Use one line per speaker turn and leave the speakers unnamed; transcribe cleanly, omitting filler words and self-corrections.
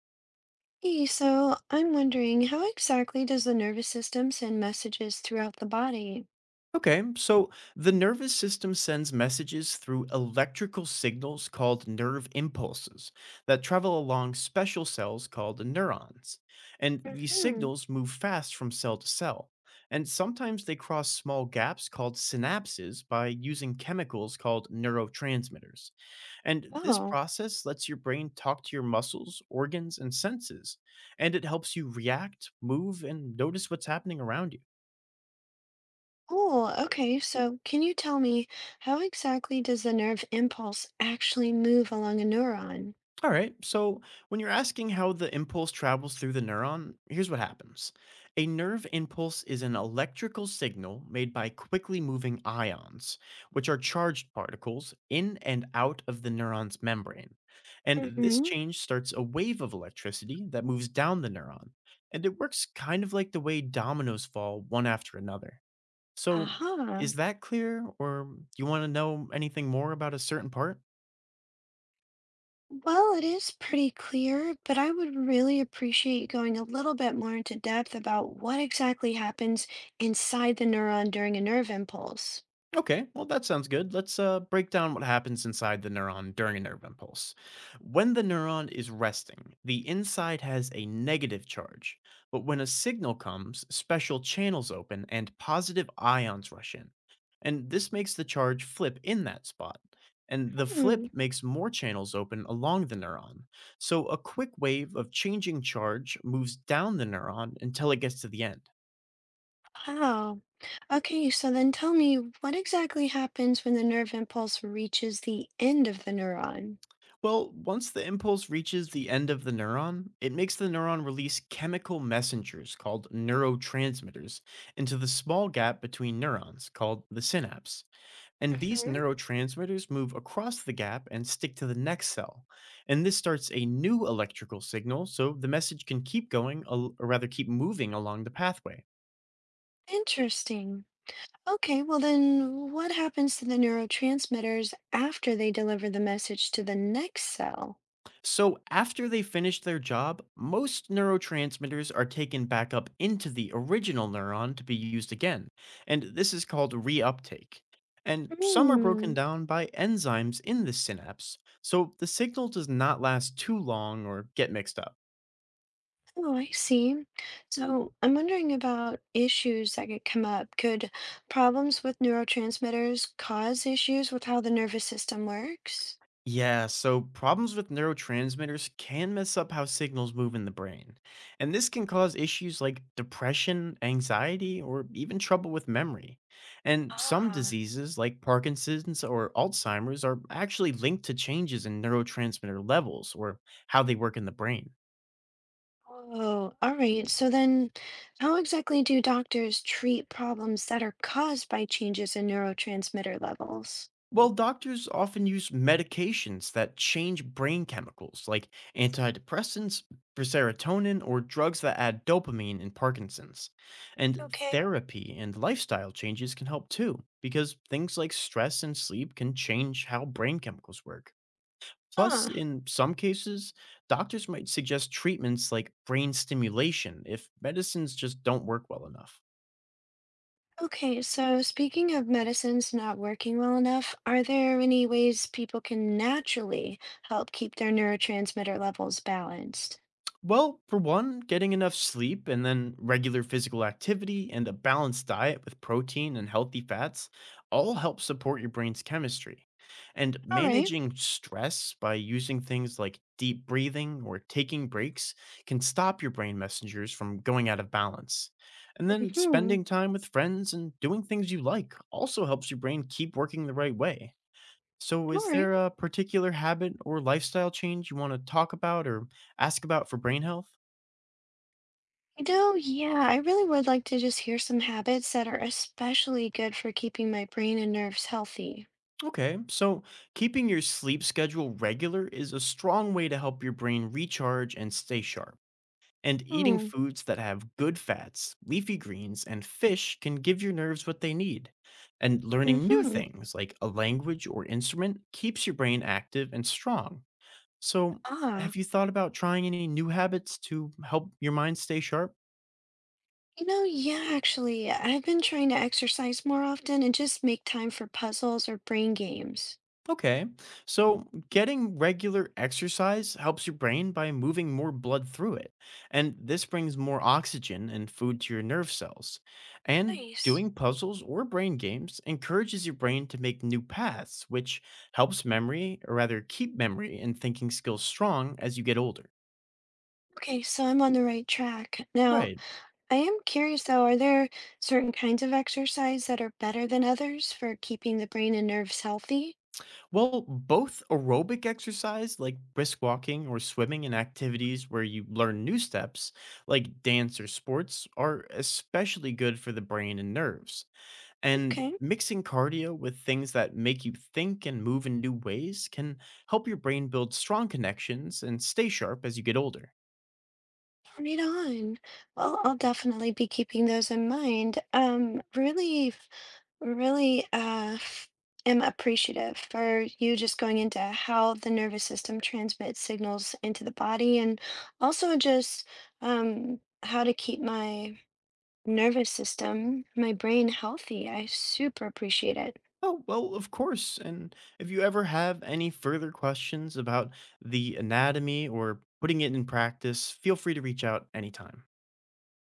Hey, so I'm wondering how exactly does the nervous system send messages throughout the body?
Okay, so the nervous system sends messages through electrical signals called nerve impulses that travel along special cells called neurons. And these
Hmm.
signals move fast from cell to cell. And sometimes they cross small gaps called synapses by using chemicals called neurotransmitters. And this
Oh,
process lets your brain talk to your muscles, organs, and senses. And it helps you react, move, and notice what's happening around you.
cool. Okay, so can you tell me how exactly does the nerve impulse actually move along a neuron?
All right, so when you're asking how the impulse travels through the neuron, here's what happens. A nerve impulse is an electrical signal made by quickly moving ions, which are charged particles in and out of the neuron's membrane. And this
Hmm.
change starts a wave of electricity that moves down the neuron. And it works kind of like the way dominoes fall one after another. So,
Aha.
is that clear, or do you want to know anything more about a certain part?
Well, it is pretty clear, but I would really appreciate going a little bit more into depth about what exactly happens inside the neuron during a nerve impulse.
Okay, well, that sounds good. Let's break down what happens inside the neuron during a nerve impulse. When the neuron is resting, the inside has a negative charge, but when a signal comes, special channels open and positive ions rush in. And this makes the charge flip in that spot. And the
Hmm.
flip makes more channels open along the neuron. So a quick wave of changing charge moves down the neuron until it gets to the end.
Wow. Okay, so then tell me what exactly happens when the nerve impulse reaches the end of the neuron?
Well, once the impulse reaches the end of the neuron, it makes the neuron release chemical messengers called neurotransmitters into the small gap between neurons called the synapse. And these
Mhm.
neurotransmitters move across the gap and stick to the next cell. And this starts a new electrical signal, so the message can keep going, or rather, keep moving along the pathway.
Interesting. Okay, well then what happens to the neurotransmitters after they deliver the message to the next cell?
So, after they finish their job, most neurotransmitters are taken back up into the original neuron to be used again, and this is called reuptake. And some are broken
Hmm.
down by enzymes in the synapse, so the signal does not last too long or get mixed up.
Oh, I see. So I'm wondering about issues that could come up. Could problems with neurotransmitters cause issues with how the nervous system works?
Yeah, so problems with neurotransmitters can mess up how signals move in the brain. And this can cause issues like depression, anxiety, or even trouble with memory. And some
Ah.
diseases, like Parkinson's or Alzheimer's, are actually linked to changes in neurotransmitter levels or how they work in the brain.
Oh, all right. So then, how exactly do doctors treat problems that are caused by changes in neurotransmitter levels?
Well, doctors often use medications that change brain chemicals, like antidepressants for serotonin or drugs that add dopamine in Parkinson's. And
Okay.
therapy and lifestyle changes can help too, because things like stress and sleep can change how brain chemicals work. Plus,
Huh.
in some cases, doctors might suggest treatments like brain stimulation if medicines just don't work well enough.
Okay, so speaking of medicines not working well enough, are there any ways people can naturally help keep their neurotransmitter levels balanced?
Well, for one, getting enough sleep and then regular physical activity and a balanced diet with protein and healthy fats all help support your brain's chemistry. And
All right.
managing stress by using things like deep breathing or taking breaks can stop your brain messengers from going out of balance. And then
Mm-hmm.
spending time with friends and doing things you like also helps your brain keep working the right way. So,
All
is
right.
there a particular habit or lifestyle change you want to talk about or ask about for brain health?
You know, yeah, I really would like to just hear some habits that are especially good for keeping my brain and nerves healthy.
Okay, so keeping your sleep schedule regular is a strong way to help your brain recharge and stay sharp. And eating
Hmm.
foods that have good fats, leafy greens, and fish can give your nerves what they need. And learning new
Mm-hmm.
things like a language or instrument keeps your brain active and strong. So,
Ah.
have you thought about trying any new habits to help your mind stay sharp?
You know, yeah, actually, I've been trying to exercise more often and just make time for puzzles or brain games.
Okay, so getting regular exercise helps your brain by moving more blood through it, and this brings more oxygen and food to your nerve cells. And
Nice.
doing puzzles or brain games encourages your brain to make new paths, which helps memory, or rather, keep memory and thinking skills strong as you get older.
Okay, so I'm on the right track. Now,
Right.
I am curious though, are there certain kinds of exercise that are better than others for keeping the brain and nerves healthy?
Well, both aerobic exercise like brisk walking or swimming and activities where you learn new steps like dance or sports are especially good for the brain and nerves. And
Okay.
mixing cardio with things that make you think and move in new ways can help your brain build strong connections and stay sharp as you get older.
Right on. Well, I'll definitely be keeping those in mind. Really, really uh, f- am appreciative for you just going into how the nervous system transmits signals into the body and also just how to keep my nervous system, my brain healthy. I super appreciate it.
Oh, well, of course. And if you ever have any further questions about the anatomy or putting it in practice, feel free to reach out anytime.